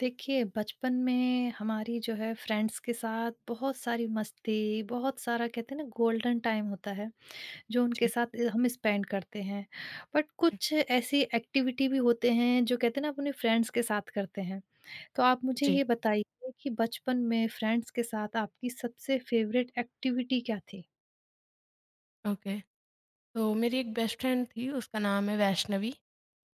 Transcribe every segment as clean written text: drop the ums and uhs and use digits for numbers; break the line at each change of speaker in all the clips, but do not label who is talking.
देखिए, बचपन में हमारी जो है फ्रेंड्स के साथ बहुत सारी मस्ती, बहुत सारा कहते हैं ना गोल्डन टाइम होता है, जो उनके
जी,
साथ हम स्पेंड करते हैं। बट
जी,
कुछ ऐसी एक्टिविटी भी होते हैं जो कहते हैं ना अपने फ्रेंड्स के साथ करते हैं। तो आप मुझे
जी,
ये बताइए कि बचपन में फ्रेंड्स के साथ आपकी सबसे फ़ेवरेट एक्टिविटी क्या थी?
ओके। तो मेरी एक बेस्ट फ्रेंड थी, उसका नाम है वैष्णवी।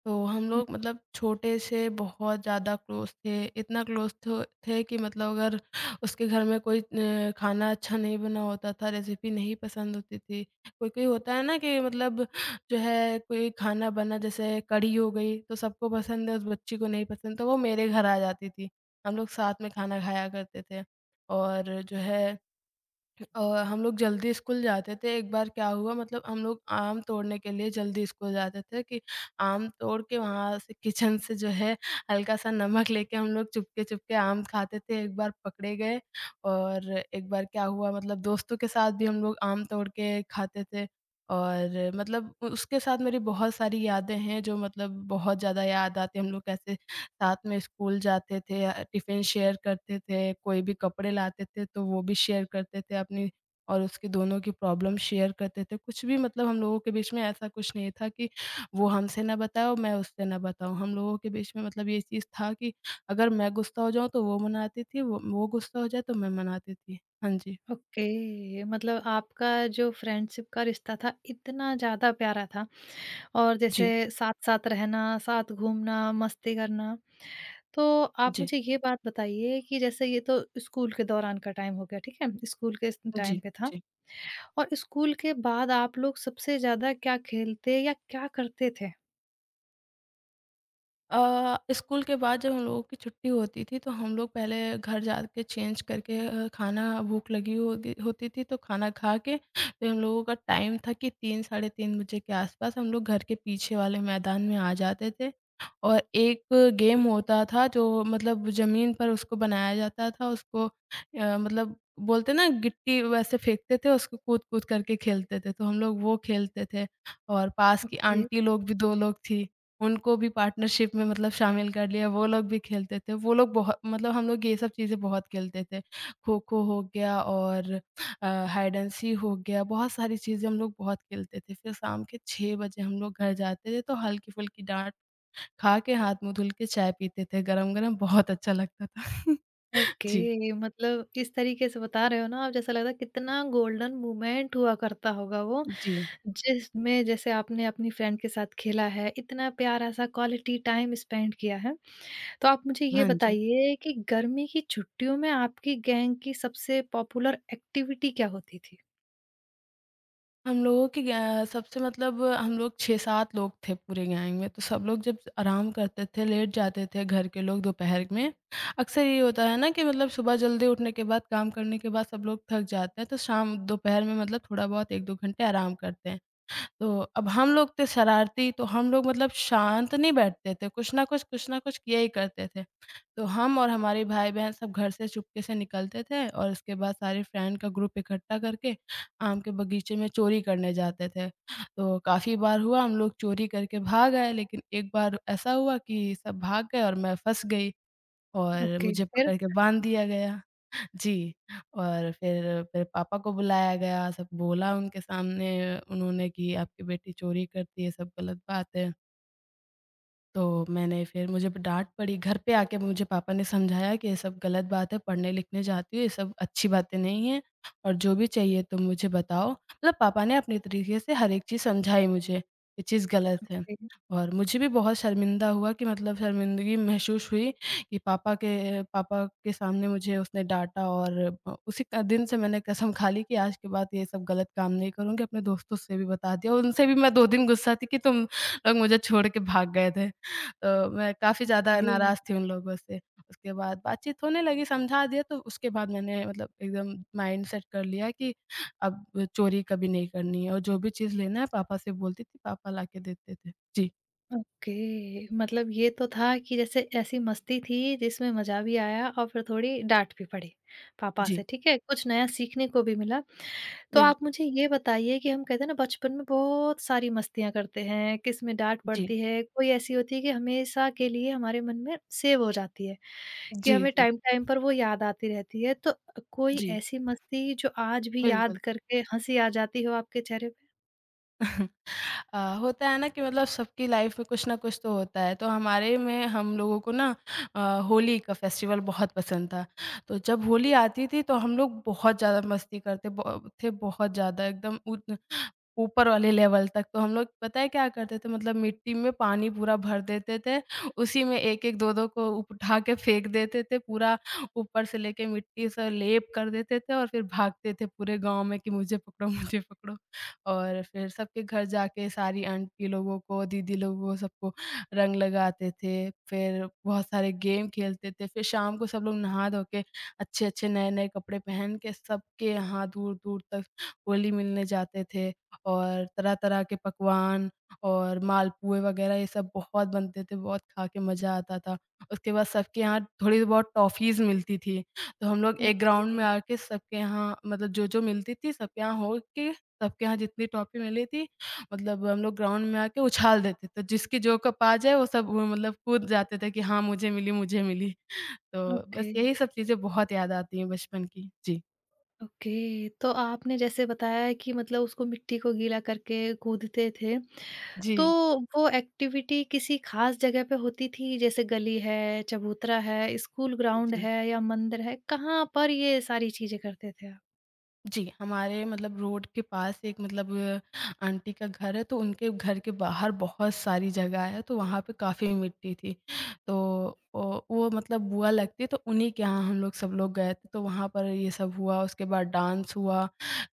तो हम
हुँ।
लोग मतलब छोटे से बहुत ज़्यादा क्लोज़ थे, इतना क्लोज़ थो थे कि मतलब अगर उसके घर में कोई खाना अच्छा नहीं बना होता था, रेसिपी नहीं पसंद होती थी। कोई-कोई होता है ना कि मतलब जो है कोई खाना बना जैसे कढ़ी हो गई, तो सबको पसंद है, उस बच्ची को नहीं पसंद, तो वो मेरे घर आ जाती थी। हम लोग साथ में खाना खाया करते थे और जो है अ, हम लोग जल्दी स्कूल जाते थे। एक बार क्या हुआ मतलब हम लोग आम तोड़ने के लिए जल्दी स्कूल जाते थे कि आम तोड़ के वहाँ से किचन से जो है हल्का-सा नमक लेके हम लोग चुपके-चुपके आम खाते थे। एक बार पकड़े गए और एक बार क्या हुआ मतलब दोस्तों के साथ भी हम लोग आम तोड़ के खाते थे। और मतलब उ उसके साथ मेरी बहुत सारी यादें हैं जो मतलब बहुत ज़्यादा याद आती हैं। हम लोग कैसे साथ में स्कूल जाते थे टिफ़िन शेयर करते थे, कोई भी कपड़े लाते थे तो वो भी शेयर करते थे अपनी और उसकी दोनों की प्रॉब्लम शेयर करते थे। कुछ भी मतलब हम लोगों के बीच में ऐसा कुछ नहीं था कि वो हमसे ना बताए और मैं उससे ना बताऊँ। हम लोगों के बीच में मतलब ये चीज़ था कि अगर मैं गुस्सा हो जाऊँ तो वो मनाती थी, वो गुस्सा हो जाए तो मैं मनाती थी। हाँ जी।
ओके, मतलब आपका जो फ्रेंडशिप का रिश्ता था इतना ज़्यादा प्यारा था, और जैसे
जी।
साथ-साथ रहना, साथ घूमना, मस्ती करना। तो आप
जी।
मुझे ये बात बताइए कि जैसे ये तो स्कूल के दौरान का टाइम हो गया, ठीक है? स्कूल के स टाइम
जी,
पे था।
जी।
और स्कूल के बाद आप लोग सबसे ज़्यादा क्या खेलते या क्या करते थे?
स्कूल के बाद जब हम लोगों की छुट्टी होती थी तो हम लोग पहले घर जाके चेंज करके खाना भूख लगी होगी होती थी तो खाना खा के फिर हम लोगों का टाइम था कि 3 साढ़े 3 बजे के आसपास हम लोग घर के पीछे वाले मैदान में आ जाते थे और एक गेम होता था जो मतलब ज़मीन पर उसको बनाया जाता था उसको मतलब बोलते हैं ना गिट्टी वैसे फेंकते थे उसको कूद-कूद करके खेलते थे तो हम लोग वो खेलते थे और पास की
ओके।
आंटी लोग भी 2 लोग थी उनको भी पार्टनरशिप में मतलब शामिल कर लिया, वो लोग भी खेलते थे। वो लोग बहु मतलब हम लोग ये सब चीज़ें बहुत खेलते थे। खो-खो हो गया और अ, हाइड एंड सी हो गया, बहुत सारी चीज़ें हम लोग बहुत खेलते थे। फिर शाम के 6 बजे हम लोग घर जाते थे, तो हल्की-फुल्की डाँट खा के हाथ-मुँह धुल के चाय पीते थे गरम-गरम, बहुत अच्छा लगता था। जी,
ओके, मतलब इस तरीके से बता रहे हो ना आप, जैसा लग रहा है कितना गोल्डन मोमेंट हुआ करता होगा वो,
जी।
जिसमें जैसे आपने अपनी फ्रेंड के साथ खेला है, इतना प्यारा सा क्वालिटी टाइम स्पेंड किया है। तो आप मुझे ये
हाँ जी।
बताइए कि गर्मी की छुट्टियों में आपकी गैंग की सबसे पॉपुलर एक्टिविटी क्या होती थी?
हम लोगों के ग सबसे मतलब हम लोग 6-7 लोग थे पूरे गैंग में, तो सब लोग जब आराम करते थे, लेट जाते थे घर के लोग दोपहर में। अक्सर ये होता है ना कि मतलब सुबह जल्दी उठने के बाद, काम करने के बाद सब लोग थक जाते हैं, तो शाम दोपहर में मतलब थोड़ा बहुत 1-2 घंटे आराम करते हैं। तो अब हम लोग थे शरारती, तो हम लोग मतलब शांत नहीं बैठते थे, कुछ ना कुछ किया ही करते थे। तो हम और हमारे भाई-बहन सब घर से चुपके से निकलते थे और उसके बाद सारे फ्रेंड का ग्रुप इकट्ठा करके आम के बगीचे में चोरी करने जाते थे। तो काफ़ी बार हुआ हम लोग चोरी करके भाग आए, लेकिन एक बार ऐसा हुआ कि सब भाग गए और मैं फँस गई और
ओके,
मुझे
फिर?
पकड़ के बाँध दिया गया। जी, और फिर पापा को बुलाया गया, सब बोला उनके सामने उन्होंने कि आपकी बेटी चोरी करती है, सब गलत बात है। तो मैंने फिर मुझे ब डाँट पड़ी घर पे आके मुझे पापा ने समझाया कि ये सब गलत बात है, पढ़ने-लिखने जाती हो, ये सब अच्छी बातें नहीं हैं और जो भी चाहिए तुम मुझे बताओ। मतलब पापा ने अपने तरीके से हर एक चीज़ समझाई मुझे, ये चीज़ गलत है
ओके।
और मुझे भी बहुत शर्मिंदा हुआ कि मतलब शर्मिंदगी महसूस हुई कि पापा के सामने मुझे उसने डाँटा और उसी क दिन से मैंने कसम खा ली कि आज के बाद ये सब गलत काम नहीं करूँगी, अपने दोस्तों से भी बता दिया। उनसे भी मैं 2 दिन गुस्सा थी कि तुम लोग मुझे छोड़ के भाग गए थे। तो मैं काफ़ी ज़्यादा नाराज़ थी उन लोगों से। उसके बाद बातचीत होने लगी, समझा दिया तो उसके बाद मैंने मतलब एकदम माइंड सेट कर लिया कि अब चोरी कभी नहीं करनी है और जो भी चीज़ लेना है पापा से बोलती थी, पापा लाके देते थे। जी,
ओके, मतलब ये तो था कि जैसे ऐसी मस्ती थी जिसमें मज़ा भी आया, और फिर थोड़ी डाँट भी पड़ी पापा
जी,
से, ठीक है? कुछ नया सीखने को भी मिला। तो आप
बिल्कुल।
मुझे ये बताइए कि हम कहते हैं ना बचपन में बहुत सारी मस्तियाँ करते हैं, किसमें डाँट
जी,
पड़ती है, कोई ऐसी होती है कि हमेशा के लिए हमारे मन में सेव हो जाती है, कि
जी,
हमें
जी,
टाइम-टाइम पर वो याद आती रहती है। तो कोई
जी,
ऐसी मस्ती जो आज भी याद
बिल्कुल।
करके हँसी आ जाती हो आपके चेहरे पे?
होता है ना कि मतलब सबकी लाइफ में कुछ ना कुछ तो होता है तो हमारे में हम लोगों को ना अ, होली का फेस्टिवल बहुत पसंद था तो जब होली आती थी तो हम लोग बहुत ज़्यादा मस्ती थे बहुत ज़्यादा एकदम ऊपर वाले लेवल तक। तो हम लोग पता है क्या करते थे मतलब मिट्टी में पानी पूरा भर देते थे, उसी में 1-1 2-2 को उठा के फेंक देते थे, पूरा ऊपर से लेके मिट्टी से लेप कर देते थे और फिर भागते थे पूरे गाँव में कि मुझे पकड़ो। और फिर सबके घर जाके सारी आंटी लोगों को, दीदी लोगों को सबको रंग लगाते थे, फिर बहुत सारे गेम खेलते थे। फिर शाम को सब लोग नहा धो के अच्छे-अच्छे नए-नए कपड़े पहन के सबके यहाँ दूर-दूर तक होली मिलने जाते थे। और तरह-तरह के पकवान और मालपुए वगैरह ये सब बहुत बनते थे, बहुत खा के मज़ा आता था। उसके बाद सबके यहाँ थोड़ी बहुत टॉफ़ीज़ मिलती थी, तो हम लोग एक ग्राउंड
ओके,
में आके सबके यहाँ मतलब जो-जो मिलती थी सबके यहाँ हो के सबके यहाँ जितनी टॉफ़ी मिली थी मतलब हम लोग ग्राउंड में आके उछाल देते थे। जिसकी जो कप आ जाए वो सब वो मतलब कूद जाते थे कि हाँ, मुझे मिली। तो
ओके,
बस यही सब चीज़ें बहुत याद आती हैं बचपन की। जी।
ओके। तो आपने जैसे बताया कि मतलब उसको मिट्टी को गीला करके कूदते थे।
जी।
तो वो एक्टिविटी किसी खास जगह पे होती थी? जैसे गली है, चबूतरा है, स्कूल ग्राउंड
जी।
है या मंदिर है, कहाँ पर ये सारी चीज़ें करते थे आप?
जी, हमारे मतलब रोड के पास एक मतलब आंटी का घर है, तो उनके घर के बाहर बहुत सारी जगह है, तो वहाँ पे काफ़ी मिट्टी थी। तो ओ वो मतलब बुआ लगती है, तो उन्हीं के यहाँ हम लोग सब लोग गए थे, तो वहाँ पर ये सब हुआ, उसके बाद डांस हुआ,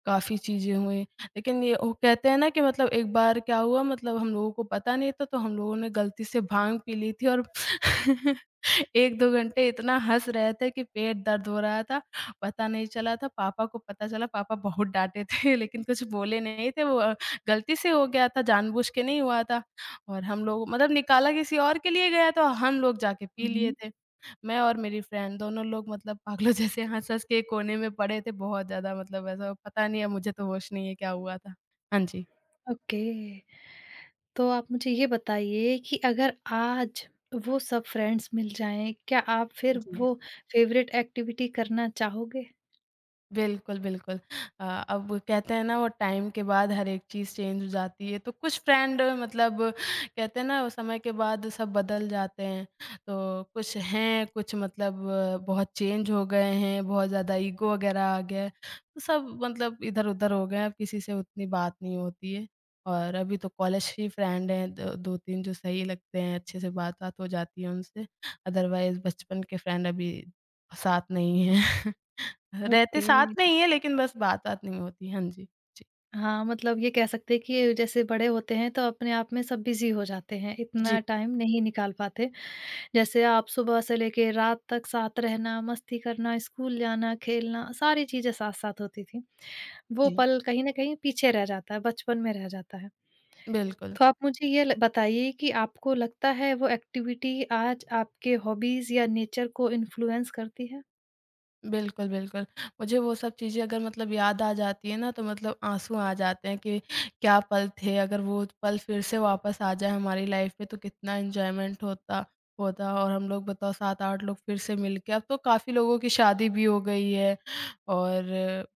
काफ़ी चीज़ें हुईं। लेकिन ये वो कहते हैं ना कि मतलब एक बार क्या हुआ, मतलब हम लोगों को पता नहीं था, तो हम लोगों ने गलती से भाँग पी ली थी और 1-2 घंटे इतना हँस रहे थे कि पेट दर्द हो रहा था, पता नहीं चला था, पापा को पता चला, पापा बहुत डाँटे थे लेकिन कुछ बोले नहीं थे, वो गलती से हो गया था, जानबूझ के नहीं हुआ था और हम लोग मतलब निकाला किसी और के लिए गया था और हम लोग जाके पी लिए
हुँ।
थे। मैं और मेरी फ्रेंड दोनों लोग मतलब पागलों जैसे हँस-हँस के एक कोने में पड़े थे, बहुत ज़्यादा मतलब ऐसा पता नहीं है, मुझे तो होश नहीं है क्या हुआ था। हाँ जी।
ओके, तो आप मुझे ये बताइए कि अगर आज वो सब फ्रेंड्स मिल जाएँ, क्या आप फिर
जी।
वो फ़ेवरेट एक्टिविटी करना चाहोगे?
बिल्कुल, बिल्कुल। अब कहते हैं ना वो टाइम के बाद हर एक चीज़ चेंज हो जाती है, तो कुछ फ्रेंड मतलब कहते हैं ना वो समय के बाद सब बदल जाते हैं। तो कुछ हैं, कुछ मतलब बहुत चेंज हो गए हैं, बहुत ज़्यादा ईगो वग़ैरह आ गया है, तो सब मतलब इधर-उधर हो गए हैं, अब किसी से उतनी बात नहीं होती है। और अभी तो कॉलेज ही फ्रेंड हैं द 2-3 जो सही लगते हैं, अच्छे से बात-वात हो जाती है उनसे, अदरवाइज़ बचपन के फ्रेंड अभी साथ नहीं हैं। रहते
ओके।
साथ में ही हैं लेकिन बस बात-वात नहीं होती। हाँ जी। जी,
हाँ, मतलब ये कह सकते हैं कि जैसे बड़े होते हैं तो अपने आप में सब बिज़ी हो जाते हैं,
जी,
इतना टाइम नहीं निकाल पाते। जैसे आप सुबह से लेके रात तक साथ रहना, मस्ती करना, स्कूल जाना, खेलना, सारी चीज़ें साथ-साथ होती थी। वो
जी।
पल कहीं न कहीं पीछे रह जाता है, बचपन में रह जाता है।
बिल्कुल।
तो आप मुझे ये ल बताइए कि आपको लगता है वो एक्टिविटी आज आपके हॉबीज़ या नेचर को इन्फ्लुएंस करती है?
बिल्कुल, बिल्कुल। मुझे वो सब चीज़ें अगर मतलब याद आ जाती है ना तो मतलब आँसू आ जाते हैं कि क्या पल थे, अगर वो पल फिर से वापस आ जाए हमारी लाइफ़ में तो कितना एन्जॉयमेंट होता होता और हम लोग बताओ 7-8 लोग फिर से मिलके अब तो काफ़ी लोगों की शादी भी हो गई है और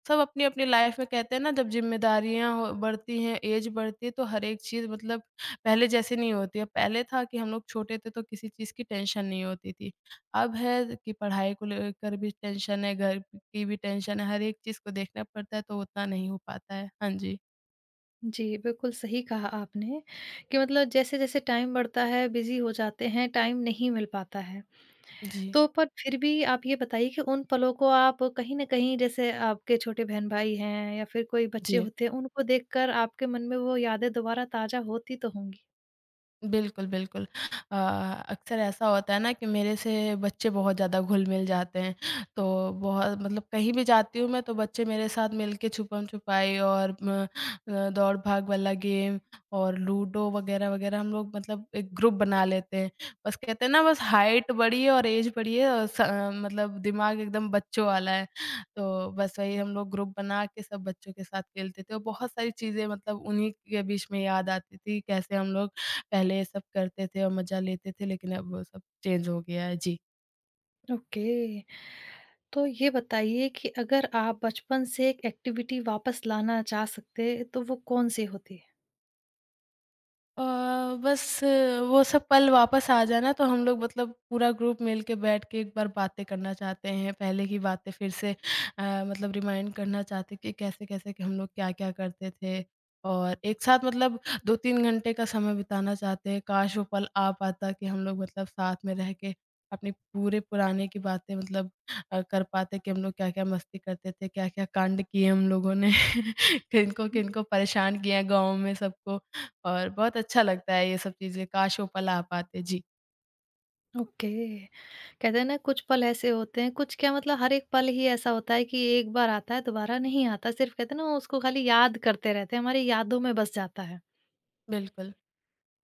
सब अपनी-अपनी लाइफ़ में कहते हैं ना जब ज़िम्मेदारियाँ हो बढ़ती हैं, ऐज बढ़ती है तो हर एक चीज़ मतलब पहले जैसे नहीं होती है। पहले था कि हम लोग छोटे थे तो किसी चीज़ की टेंशन नहीं होती थी। अब है कि पढ़ाई को लेकर भी टेंशन है, घर की भी टेंशन है, हर एक चीज़ को देखना पड़ता है तो उतना नहीं हो पाता है। हाँ जी।
जी, बिल्कुल सही कहा आपने कि मतलब जैसे-जैसे टाइम बढ़ता है, बिज़ी हो जाते हैं, टाइम नहीं मिल पाता है।
जी,
तो पर फिर भी आप ये बताइए कि उन पलों को आप कहीं न कहीं, जैसे आपके छोटे बहन-भाई हैं या फिर कोई बच्चे
जी।
होते हैं, उनको देखकर आपके मन में वो यादें दोबारा ताज़ा होती तो होंगी।
बिल्कुल, बिल्कुल। अ, अक्सर ऐसा होता है ना कि मेरे से बच्चे बहुत ज़्यादा घुल-मिल जाते हैं, तो बहुत मतलब कहीं भी जाती हूँ मैं तो बच्चे मेरे साथ मिलके छुपम-छुपाई और म दौड़-भाग वाला गेम और लूडो वगैरह हम लोग मतलब एक ग्रुप बना लेते हैं। बस कहते हैं ना बस हाइट बड़ी है और ऐज बड़ी है और स मतलब दिमाग एकदम बच्चों वाला है। तो बस वही हम लोग ग्रुप बना के सब बच्चों के साथ खेलते थे और बहुत सारी चीज़ें मतलब उन्हीं के बीच में याद आती थी, कैसे हम लोग पहले सब करते थे और मज़ा लेते थे लेकिन अब वो सब चेंज हो गया है। जी।
ओके। तो ये बताइए कि अगर आप बचपन से एक एक्टिविटी वापस लाना चाह सकते, तो वो कौन-सी होती है?
अ, बस वो सब पल वापस आ जाना तो हम लोग मतलब पूरा ग्रुप मिल के बैठ के एक बार बातें करना चाहते हैं। पहले की बातें फिर से मतलब रिमाइंड करना चाहते हैं कि कैसे-कैसे कि हम लोग क्या-क्या करते थे और एक साथ मतलब 2-3 घंटे का समय बिताना चाहते हैं। काश वो पल आ पाता कि हम लोग मतलब साथ में रह के अपने पूरे पुराने की बातें मतलब कर पाते कि हम लोग क्या-क्या मस्ती करते थे, क्या-क्या कांड किए हम लोगों ने,
हुँ।
किनको-किनको परेशान किया गाँव में सबको। और बहुत अच्छा लगता है ये सब चीज़ें, काश वो पल आ पाते। जी।
ओके। कहते हैं ना कुछ पल ऐसे होते हैं, कुछ क्या, मतलब हर एक पल ही ऐसा होता है कि एक बार आता है, दोबारा नहीं आता। सिर्फ़ कहते हैं ना उसको खाली याद करते रहते हैं, हमारी यादों में बस जाता है।
बिल्कुल।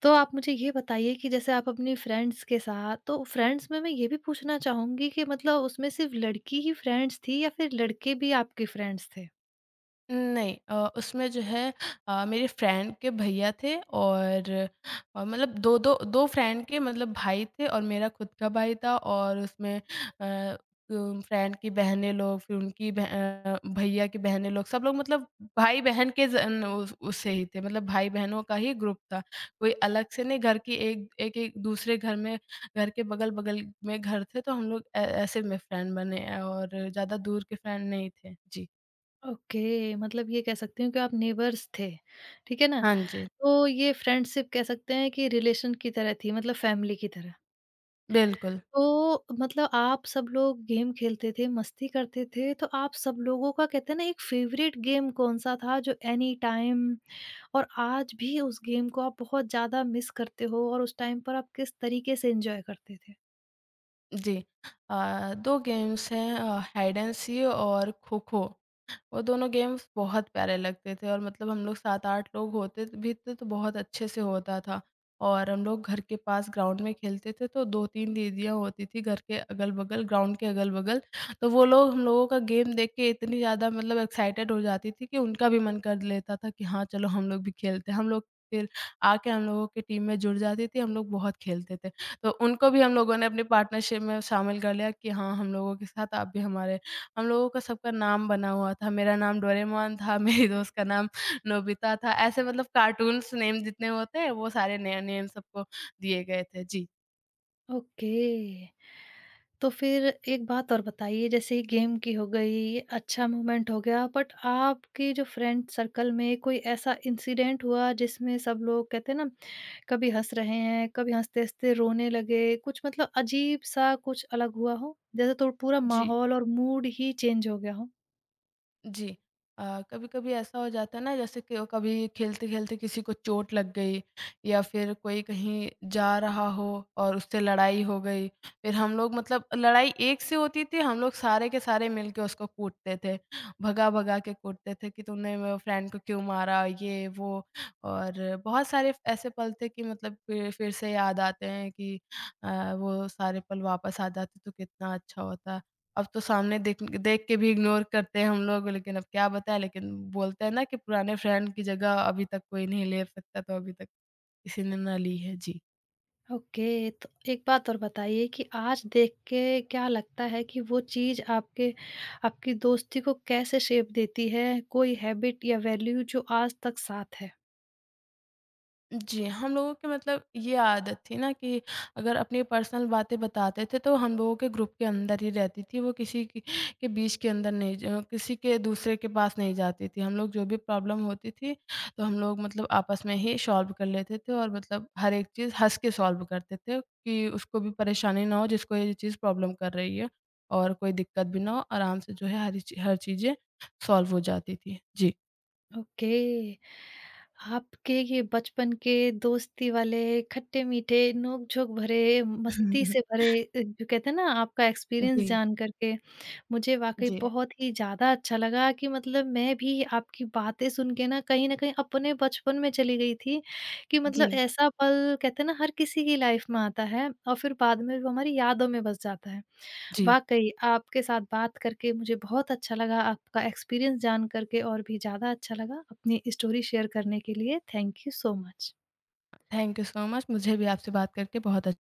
तो आप मुझे ये बताइए कि जैसे आप अपनी फ्रेंड्स के साथ, तो फ्रेंड्स में मैं ये भी पूछना चाहूँगी कि मतलब उसमें सिर्फ़ लड़की ही फ्रेंड्स थी या फिर लड़के भी आपके फ्रेंड्स थे?
नहीं उसमें जो है, मेरे फ्रेंड के भैया थे और मतलब 2-2 2 फ्रेंड के मतलब भाई थे और मेरा खुद का भाई था और उसमें अ, फ्रेंड की बहनें लोग, फिर उनकी भैया की बहनें लोग, सब लोग मतलब भाई-बहन के जन उस उससे ही थे, मतलब भाई-बहनों का ही ग्रुप था। कोई अलग से नहीं, घर की एक एक-एक दूसरे घर में, घर के बगल-बगल में घर थे, तो हम लोग ऐ ऐसे में फ्रेंड बने, और ज़्यादा दूर के फ्रेंड नहीं थे। जी।
ओके, मतलब ये कह सकती हूँ कि आप नेबर्स थे, ठीक है ना?
हाँ जी।
तो ये फ्रेंडशिप कह सकते हैं कि रिलेशन की तरह थी, मतलब फैमिली की तरह।
बिल्कुल,
तो मतलब आप सब लोग गेम खेलते थे, मस्ती करते थे, तो आप सब लोगों का कहते हैं ना एक फ़ेवरेट गेम कौन-सा था जो एनी टाइम, और आज भी उस गेम को आप बहुत ज़्यादा मिस करते हो, और उस टाइम पर आप किस तरीके से एंजॉय करते थे?
जी। अ, 2 गेम्स हैं, हाइड एंड सी और खो-खो। वो दोनों गेम्स बहुत प्यारे लगते थे और मतलब हम लोग 7-8 लोग होते त भी थे, तो बहुत अच्छे से होता था। और हम लोग घर के पास ग्राउंड में खेलते थे, तो 2-3 दीदियाँ होती थी घर के अगल-बगल, ग्राउंड के अगल-बगल। तो वो लोग हम लोगों का गेम देख के इतनी ज़्यादा मतलब एक्साइटेड हो जाती थी कि उनका भी मन कर लेता था कि हाँ, चलो हम लोग भी खेलते हैं। हम लोग फिर आके हम लोगों की टीम में जुड़ जाती थी, हम लोग बहुत खेलते थे। तो उनको भी हम लोगों ने अपनी पार्टनरशिप में शामिल कर लिया कि हाँ, हम लोगों के साथ आप भी हमारे। हम लोगों का सबका नाम बना हुआ था, मेरा नाम डोरेमोन था, मेरी दोस्त का नाम नोबिता था, ऐसे मतलब कार्टून्स नेम जितने होते हैं, वो सारे नए नेम सबको दिए गए थे। जी।
ओके। तो फिर एक बात और बताइए, जैसे ये गेम की हो गई, ये अच्छा मोमेंट हो गया, बट आपके जो फ्रेंड सर्कल में कोई ऐसा इंसिडेंट हुआ जिसमें सब लोग कहते हैं ना कभी हँस रहे हैं, कभी हँसते-हँसते रोने लगे, कुछ मतलब अजीब-सा कुछ अलग हुआ हो? जैसे तो पूरा
जी।
माहौल और मूड ही चेंज हो गया हो?
जी। कभी-कभी ऐसा हो जाता है ना, जैसे कि वो कभी खेलते-खेलते किसी को चोट लग गई, या फिर कोई कहीं जा रहा हो और उससे लड़ाई हो गई। फिर हम लोग मतलब लड़ाई एक से होती थी, हम लोग सारे के सारे मिलके उसको कूटते थे। भगा-भगा के कूटते थे कि तूने मेरे फ्रेंड को क्यों मारा, ये वो। और बहुत सारे ऐसे पल थे कि मतलब फिर से याद आते हैं कि वो सारे पल वापस आ जाते तो कितना अच्छा होता। अब तो सामने देख देख के भी इग्नोर करते हैं हम लोग, लेकिन अब क्या बताएँ, लेकिन बोलते हैं ना कि पुराने फ्रेंड की जगह अभी तक कोई नहीं ले सकता, तो अभी तक किसी ने ना ली है। जी।
ओके, तो एक बात और बताइए कि आज देख के क्या लगता है कि वो चीज़ आपके आपकी दोस्ती को कैसे शेप देती है? कोई हैबिट या वैल्यू जो आज तक साथ है?
जी, हम लोगों की मतलब ये आदत थी ना कि अगर अपनी पर्सनल बातें बताते थे तो हम लोगों के ग्रुप के अंदर ही रहती थी, वो किसी की के बीच के अंदर नहीं, ज किसी के दूसरे के पास नहीं जाती थी। हम लोग जो भी प्रॉब्लम होती थी, तो हम लोग मतलब आपस में ही सॉल्व कर लेते थे, और मतलब हर एक चीज़ हँस के सॉल्व करते थे कि उसको भी परेशानी ना हो जिसको ये चीज़ प्रॉब्लम कर रही है, और कोई दिक्कत भी ना हो, आराम से जो है हरी ची हर चीज़ें सॉल्व हो जाती थी। जी।
ओके, आपके ये बचपन के दोस्ती वाले खट्टे-मीठे, नोक-झोंक भरे, मस्ती से भरे, जो कहते हैं ना आपका एक्सपीरियंस
जी,
जान कर के मुझे वाक़ई
जी,
बहुत ही ज़्यादा अच्छा लगा कि मतलब मैं भी आपकी बातें सुन के ना कहीं न कहीं अपने बचपन में चली गई थी, कि
जी।
मतलब ऐसा पल कहते हैं ना हर किसी की लाइफ़ में आता है, और फिर बाद में वो हमारी यादों में बस जाता है।
जी।
वाक़ई आपके साथ बात करके मुझे बहुत अच्छा लगा, आपका एक्सपीरियंस जान कर के और भी ज़्यादा अच्छा लगा। अपनी स्टोरी शेयर करने के लिए thank you so much.
Thank you so much. मुझे भी आपसे बात करके बहुत अच्छा